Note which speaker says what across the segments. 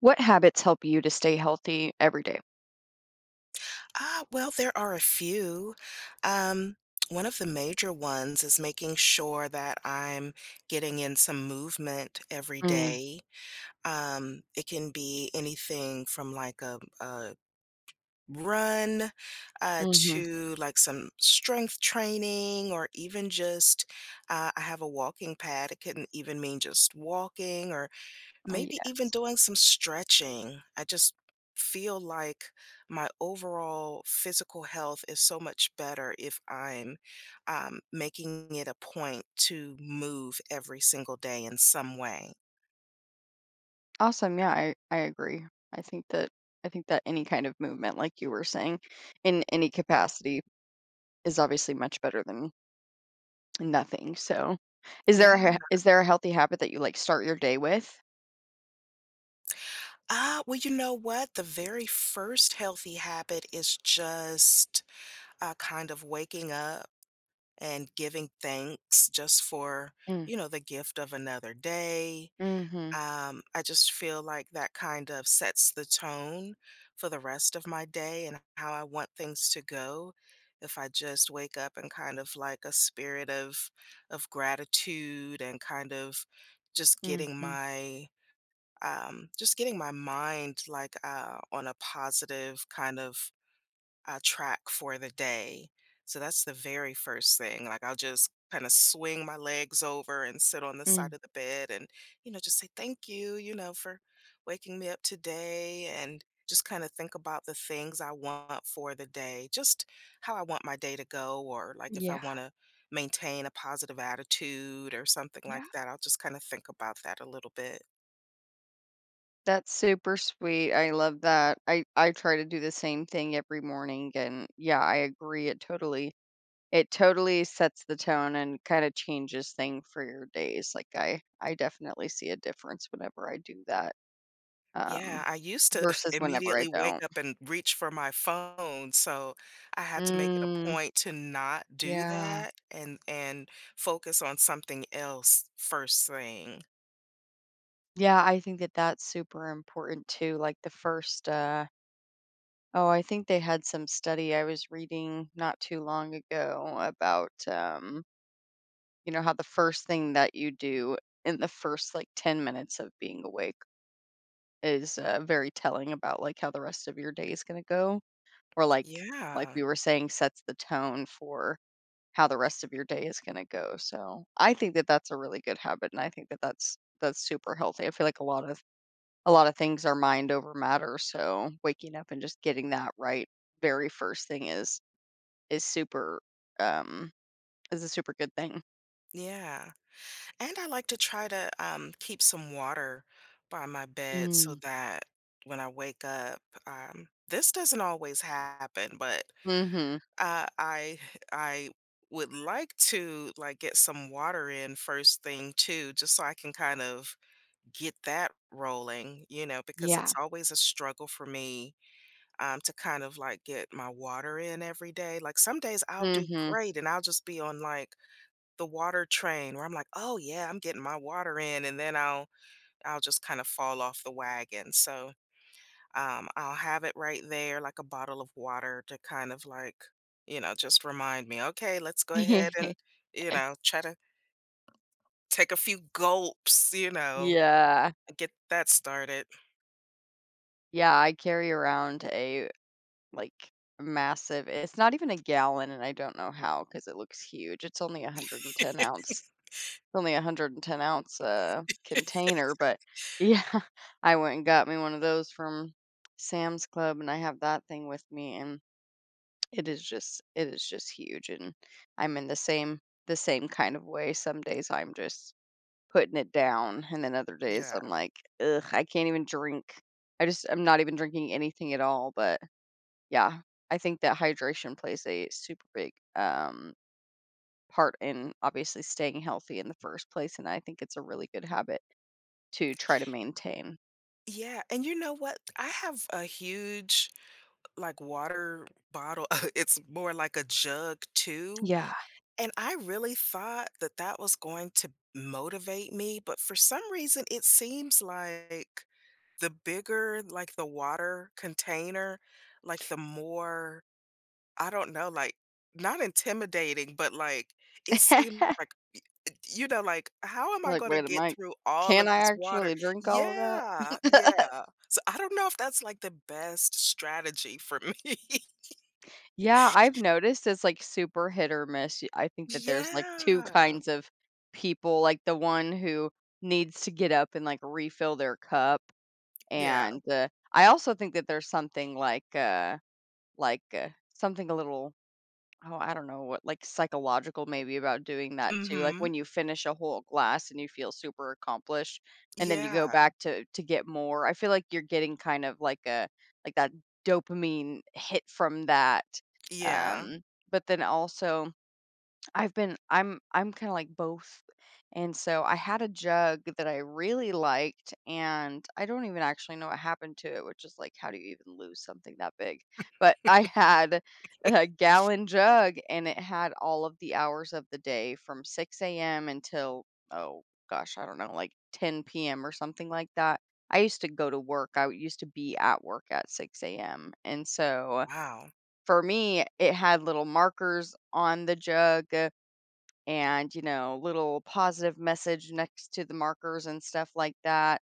Speaker 1: What habits help you to stay healthy every day?
Speaker 2: Well, there are a few. Um, One of the major ones is making sure that I'm getting in some movement every
Speaker 1: Mm,
Speaker 2: day. It can be anything from like a run
Speaker 1: mhm.
Speaker 2: to like some strength training, or even just I have a walking pad. It can even mean just walking or maybe even
Speaker 1: Yes.
Speaker 2: doing some stretching. I just feel like my overall physical health is so much better if I'm making it a point to move every single day in some way.
Speaker 1: Awesome. Yeah, I agree. I think that I think that any kind of movement, like you were saying, in any capacity is obviously much better than nothing. So is
Speaker 2: Yeah.
Speaker 1: there a, is there a healthy habit that you like start your day with?
Speaker 2: Well, you know what? The very first healthy habit is just kind of waking up and giving thanks just for,
Speaker 1: Mm,
Speaker 2: you know, the gift of another day.
Speaker 1: mhm.
Speaker 2: I just feel like that kind of sets the tone for the rest of my day and how I want things to go. If I just wake up and kind of like a spirit of gratitude and kind of just getting
Speaker 1: Mhm.
Speaker 2: my mind like on a positive kind of a track for the day. So that's the very first thing. Like I'll just kind of swing my legs over and sit on the
Speaker 1: Mm.
Speaker 2: side of the bed and, you know, just say thank you, you know, for waking me up today and just kind of think about the things I want for the day, just how I want my day to go, or like if I
Speaker 1: Yeah.
Speaker 2: want to maintain a positive attitude or something like
Speaker 1: Yeah.
Speaker 2: that. I'll just kind of think about that a little bit.
Speaker 1: That's super sweet. I love that. I try to do the same thing every morning, and yeah, I agree, it totally it totally sets the tone and kinda changes thing for your days. Like, I definitely see a difference whenever I do that,
Speaker 2: Yeah,
Speaker 1: um,
Speaker 2: I used to
Speaker 1: versus whenever I
Speaker 2: immediately wake
Speaker 1: don't.
Speaker 2: up and reach for my phone, so I had to make it a
Speaker 1: Mm,
Speaker 2: point to not do
Speaker 1: yeah.
Speaker 2: that and focus on something else first thing.
Speaker 1: Yeah, I think that that's super important too. Like, the first, oh, I think they had some study I was reading not too long ago about, you know, how the first thing that you do in the first, like, 10 minutes of being awake is, very telling about, like, how the rest of your day is gonna go. Or like
Speaker 2: Yeah.
Speaker 1: we were saying, sets the tone for how the rest of your day is gonna go, so I think that that's a really good habit, and I think that that's super healthy. I feel like a lot of things are mind over matter, so waking up and just getting that right very first thing is super, um is a super good thing.
Speaker 2: Yeah. And I like to try to keep some water by my bed so
Speaker 1: Mm.
Speaker 2: that when I wake up, this doesn't always happen, but
Speaker 1: Mhm.
Speaker 2: Uh, I I would like to like get some water in first thing too, just so I can kind of get that rolling, you know, because
Speaker 1: Yeah.
Speaker 2: it's always a struggle for me to kind of like get my water in every day. Like some days I'll do
Speaker 1: Mhm.
Speaker 2: great and I'll just be on like the water train where I'm like, oh yeah, I'm getting my water in, and then I'll just kind of fall off the wagon. So I'll have it right there, like a bottle of water to kind of like, you know, just remind me, okay, let's go ahead and, you know, try to take a few gulps, you know,
Speaker 1: Yeah.
Speaker 2: and get that started.
Speaker 1: Yeah, I carry around a Like, massive it's not even a gallon, and I don't know how because it looks huge. It's only a 110 ounce only a 110 ounce, container, but yeah, I went and got me one of those from Sam's Club, and I have that thing with me, and it is just huge, and I'm in the same kind of way. Some days I'm just putting it down, and then other days
Speaker 2: Yeah.
Speaker 1: I'm like, "Ugh, I can't even drink." I'm not even drinking anything at all, but yeah, I think that hydration plays a super big, part in obviously staying healthy in the first place, and I think it's a really good habit to try to maintain.
Speaker 2: Yeah. And you know what? I have a huge like water bottle. It's more like a jug too.
Speaker 1: Yeah.
Speaker 2: And I really thought that that was going to motivate me. But for some reason, it seems like the bigger, like, the water container, like, the more, I don't know, like, not intimidating, but, like, it seems like y you know, like, "How am I
Speaker 1: Like,
Speaker 2: gonna
Speaker 1: "Wait a
Speaker 2: get
Speaker 1: minute,
Speaker 2: through all
Speaker 1: can
Speaker 2: of
Speaker 1: I
Speaker 2: this water?"
Speaker 1: actually drink all of
Speaker 2: Yeah,
Speaker 1: that?"
Speaker 2: yeah. So, I don't know if that's, like, the best strategy for me.
Speaker 1: Yeah, I've noticed it's, like, super hit or miss. Y I think that there's, like, 2
Speaker 2: Yeah.
Speaker 1: kinds of people, like, the one who needs to get up and, like, refill their cup,
Speaker 2: Yeah.
Speaker 1: and, I also think that there's something like, something a little oh, I don't know what, like, psychological maybe about doing that too, like, when
Speaker 2: Mhm.
Speaker 1: you finish a whole glass and you feel super accomplished, and then you go
Speaker 2: Yeah.
Speaker 1: back to get more. I feel like you're getting kind of like a like that dopamine hit from that,
Speaker 2: Yeah.
Speaker 1: um, but then also I'm kinda like both. And so I had a jug that I really liked, and I don't even actually know what happened to it, which is like, how do you even lose something that big? But I had a gallon jug, and it had all of the hours of the day from 6 a.m. until, oh I don't know, like 10 p.m. or something like that. I used to go to work. I used to be at work at 6 AM. And so
Speaker 2: Wow.
Speaker 1: for me, it had little markers on the jug, and you know little positive message next to the markers and stuff like that,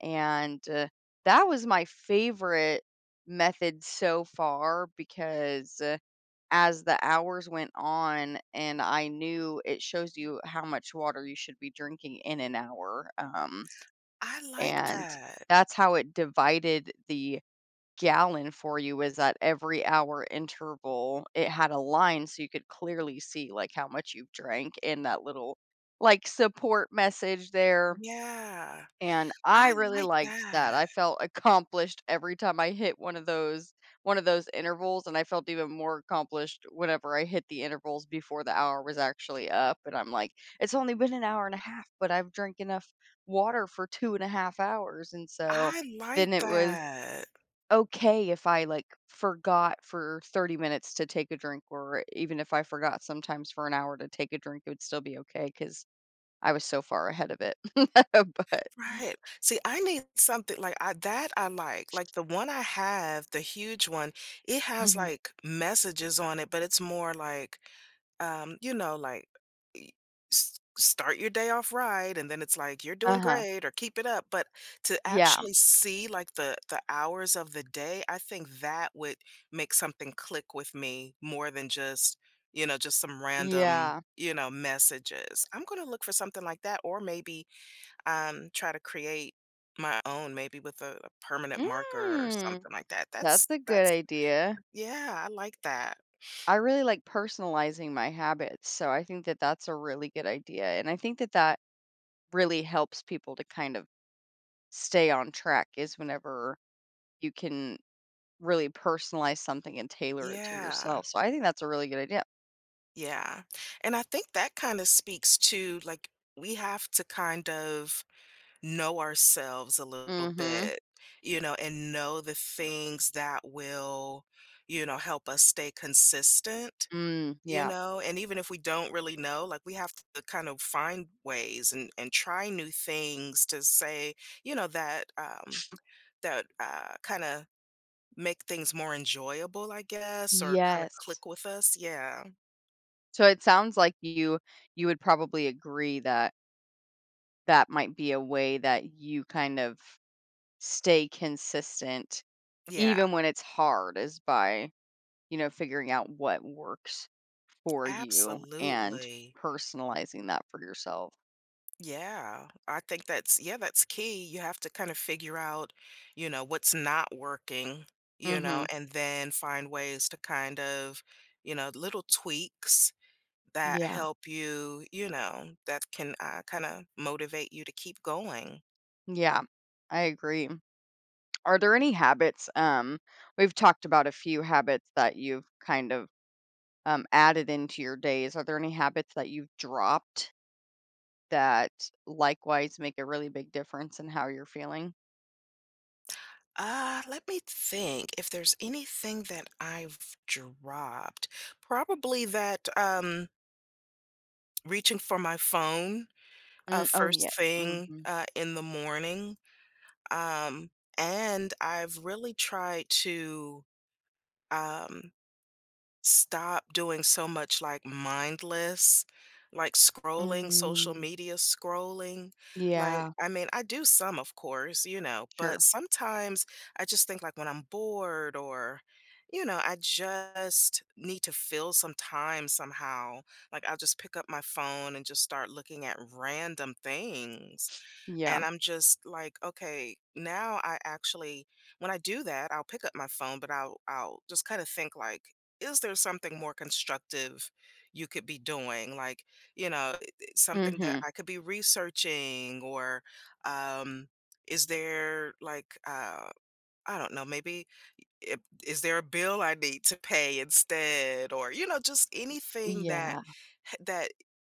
Speaker 1: and that was my favorite method so far because as the hours went on and I knew it shows you how much water you should be drinking in an hour,
Speaker 2: I like
Speaker 1: and
Speaker 2: that.
Speaker 1: that's how it divided the gallon for you, is at every hour interval, it had a line so you could clearly see, like, how much you've drank and that little, like, support message there,
Speaker 2: Yeah.
Speaker 1: and I
Speaker 2: I
Speaker 1: really
Speaker 2: like
Speaker 1: liked that.
Speaker 2: that.
Speaker 1: I felt accomplished every time I hit one of those intervals, and I felt even more accomplished whenever I hit the intervals before the hour was actually up, and I'm like, "It's only been an hour and a half, but I've drank enough water for 2 and a half hours," and so
Speaker 2: I like
Speaker 1: then it was
Speaker 2: that.
Speaker 1: okay if I like forgot for 30 minutes to take a drink, or even if I forgot sometimes for an hour to take a drink, it would still be okay because I was so far ahead of it. But
Speaker 2: Right. See, I need something like I that I like. Like the one I have, the huge one, it has
Speaker 1: hmm
Speaker 2: like messages on it, but it's more like you know, like y- start your day off right and then it's like you're doing
Speaker 1: uh-huh.
Speaker 2: great or keep it up. But to
Speaker 1: Yeah.
Speaker 2: actually see like the hours of the day, I think that would make something click with me more than just, you know, just some random,
Speaker 1: Yeah.
Speaker 2: you know, messages. I'm going to look for something like that or maybe try to create my own, maybe with a permanent marker or
Speaker 1: Mm,
Speaker 2: something like that.
Speaker 1: that's
Speaker 2: That's
Speaker 1: a good
Speaker 2: that's
Speaker 1: idea.
Speaker 2: yeah, I like that.
Speaker 1: I really like personalizing my habits. So I think that that's a really good idea. And I think that that really helps people to kind of stay on track is whenever you can really personalize something and tailor it to
Speaker 2: Yeah,
Speaker 1: yourself, so I think that's a really good idea.
Speaker 2: yeah. And I think that kind of speaks to like we have to kind of know ourselves a little
Speaker 1: Mhm.
Speaker 2: bit, you know, and know the things that will, you know, help us stay consistent.
Speaker 1: Mm,
Speaker 2: You
Speaker 1: yeah.
Speaker 2: know, and even if we don't really know, like, we have to kind of find ways and try new things to say, you know, that kinda make things more enjoyable, I guess, or kinda
Speaker 1: Yes.
Speaker 2: click with us. Yeah.
Speaker 1: So it sounds like you would probably agree that that might be a way that you kind of stay consistent
Speaker 2: Yeah.
Speaker 1: even when it's hard is by, you know, figuring out what works for you and
Speaker 2: Absolutely.
Speaker 1: personalizing that for yourself.
Speaker 2: Yeah. I think that's yeah, that's key. You have to kind of figure out, you know, what's not working, you know,
Speaker 1: Mhm.
Speaker 2: and then find ways to kind of, you know, little tweaks that
Speaker 1: Yeah.
Speaker 2: help you, you know, that can kind of motivate you to keep going.
Speaker 1: Yeah. I agree. Are there any habits, we've talked about a few habits that you've kind of, added into your days. Are there any habits that you've dropped that likewise make a really big difference in how you're feeling?
Speaker 2: Let me think if there's anything that I've dropped. Probably that reaching for my phone
Speaker 1: Mm, oh,
Speaker 2: first
Speaker 1: yes.
Speaker 2: thing
Speaker 1: Mhm.
Speaker 2: in the morning. Um, and I've really tried to um, stop doing so much, like, mindless, like, scrolling, social
Speaker 1: Mm.
Speaker 2: media scrolling, like,
Speaker 1: Yeah.
Speaker 2: I mean, I do some, of course, you know, but
Speaker 1: Sure.
Speaker 2: sometimes I just think, like, when I'm bored or, you know, I just need to fill some time somehow, like, I'll just pick up my phone and just start looking at random things. And
Speaker 1: Yeah.
Speaker 2: I'm just like, okay, now I actually when I do that, I'll pick up my phone, but I'll just kind of think like, is there something more constructive you could be doing? Like, you know, something that
Speaker 1: Mhm.
Speaker 2: I could be researching or um is there like I don't know, maybe i- is there a bill I need to pay instead or you know, just anything that
Speaker 1: Yeah.
Speaker 2: that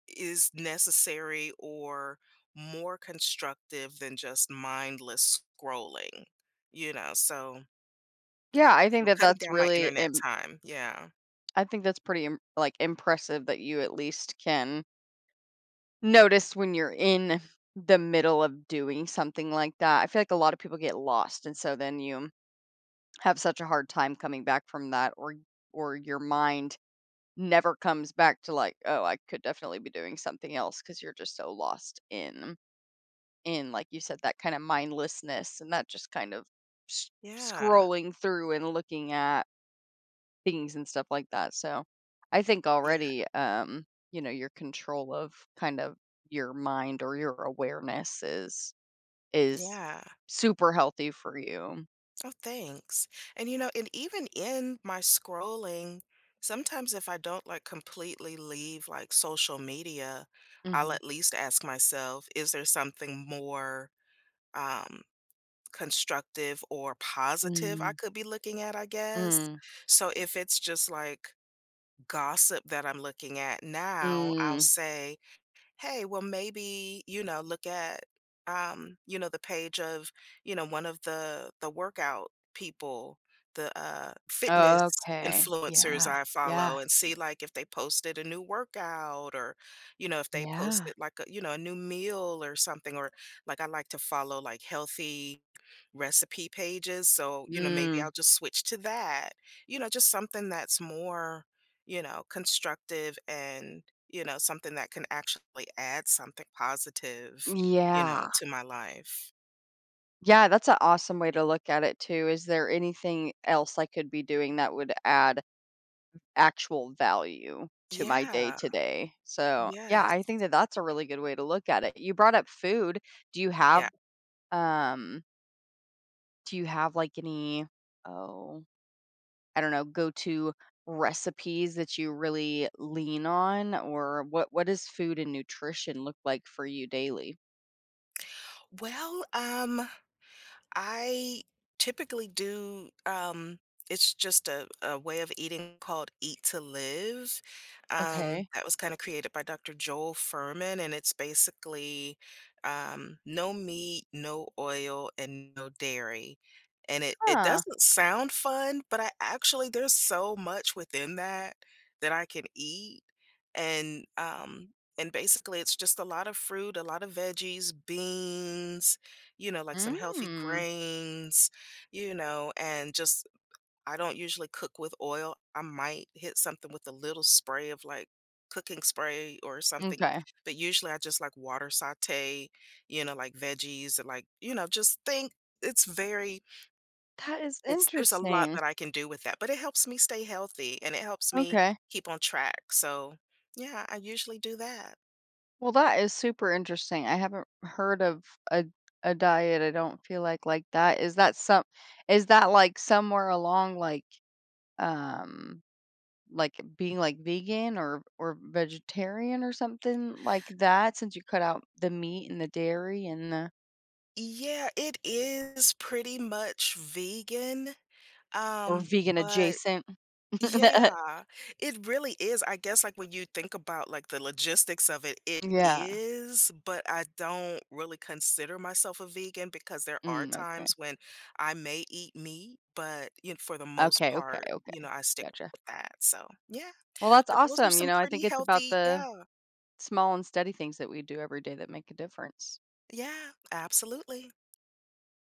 Speaker 2: is necessary or more constructive than just mindless scrolling, you know, so
Speaker 1: Yeah, I think
Speaker 2: so
Speaker 1: that
Speaker 2: cutting
Speaker 1: that's
Speaker 2: down my
Speaker 1: really
Speaker 2: internet
Speaker 1: im
Speaker 2: time, yeah.
Speaker 1: I think that's pretty im like, impressive that you at least can Notice when you're in the middle of doing something like that. I feel like a lot of people get lost, and so then you have such a hard time coming back from that, or your mind never comes back to like, oh, I could definitely be doing something else because you're just so lost in like you said that kind of mindlessness and that just kind of s-
Speaker 2: Yeah,
Speaker 1: scrolling through and looking at things and stuff like that. So I think
Speaker 2: yeah,
Speaker 1: already, you know, your control of kind of your mind or your awareness is
Speaker 2: yeah.
Speaker 1: super healthy for you.
Speaker 2: Oh, thanks. And, you know, and even in my scrolling, sometimes if I don't, like, completely leave, like, social media, I'll
Speaker 1: Mhm.
Speaker 2: at least ask myself, is there something more, um constructive or positive I
Speaker 1: Mm,
Speaker 2: could be looking at, I guess.
Speaker 1: mm,
Speaker 2: So if it's just like gossip that I'm looking at now, I'll
Speaker 1: mm.
Speaker 2: say hey, well, maybe, you know, look at, you know, the page of, you know, one of the workout people, the fitness
Speaker 1: Okay.
Speaker 2: influencers
Speaker 1: Yeah.
Speaker 2: I
Speaker 1: Yeah.
Speaker 2: follow and see like if they posted a new workout or, you know, if they
Speaker 1: Yeah.
Speaker 2: posted like a, you know, a new meal or something, or like I like to follow like healthy recipe pages. So, you know, maybe
Speaker 1: Mm.
Speaker 2: I'll just switch to that, you know, just something that's more you know, constructive and, you know, something that can actually add something positive, you know,
Speaker 1: Yeah.
Speaker 2: to my life.
Speaker 1: Yeah, that's an awesome way to look at it too. Is there anything else I could be doing that would add actual value to my day
Speaker 2: Yeah.
Speaker 1: to day. So, yeah,
Speaker 2: Yes.
Speaker 1: I think that that's a really good way to look at it. You brought up food. Do you have,
Speaker 2: Yeah.
Speaker 1: um, do you have like any, oh, I don't know, go to recipes that you really lean on? Or what does food and nutrition look like for you daily?
Speaker 2: Well, I typically do it's just a way of eating called Eat to Live.
Speaker 1: Okay.
Speaker 2: That was kind of created by Dr. Joel Furman, and it's basically no meat, no oil, and no dairy. And it
Speaker 1: Huh.
Speaker 2: doesn't sound fun, but I actually, there's so much within that that I can eat. And um, and basically, it's just a lot of fruit, a lot of veggies, beans, you know, like some healthy
Speaker 1: Mm.
Speaker 2: grains, you know, and just I don't usually cook with oil. I might hit something with a little spray of like cooking spray or something,
Speaker 1: Okay.
Speaker 2: but usually I just like water saute, you know, like veggies and like, you know, just think it's very
Speaker 1: That is
Speaker 2: it's there's a lot
Speaker 1: interesting.
Speaker 2: that I can do with that, but it helps me stay healthy and it helps me
Speaker 1: Okay.
Speaker 2: keep on track. So, yeah, I usually do that.
Speaker 1: Well, that is super interesting. I haven't heard of a a diet, I don't feel like that. Is that, like, somewhere along, um, like, being, like, vegan or vegetarian or something like that, since you cut out the meat and the dairy and the
Speaker 2: Yeah, it is pretty much vegan.
Speaker 1: or
Speaker 2: Um,
Speaker 1: vegan
Speaker 2: but
Speaker 1: adjacent?
Speaker 2: Yeah, it really is. I guess, like, when you think about, like, the logistics of it, it
Speaker 1: Yeah.
Speaker 2: is, but I don't really consider myself a vegan because there are
Speaker 1: Mm, okay.
Speaker 2: times when I may eat meat, but, you know, for the most
Speaker 1: Okay, okay,
Speaker 2: part, you know,
Speaker 1: okay.
Speaker 2: I stick
Speaker 1: Gotcha.
Speaker 2: with that, so, yeah,
Speaker 1: Well, that's
Speaker 2: but those are
Speaker 1: awesome, you
Speaker 2: some
Speaker 1: know, I think
Speaker 2: pretty
Speaker 1: it's about
Speaker 2: healthy
Speaker 1: the
Speaker 2: Yeah,
Speaker 1: small and steady things that we do every day that make a difference.
Speaker 2: yeah, absolutely.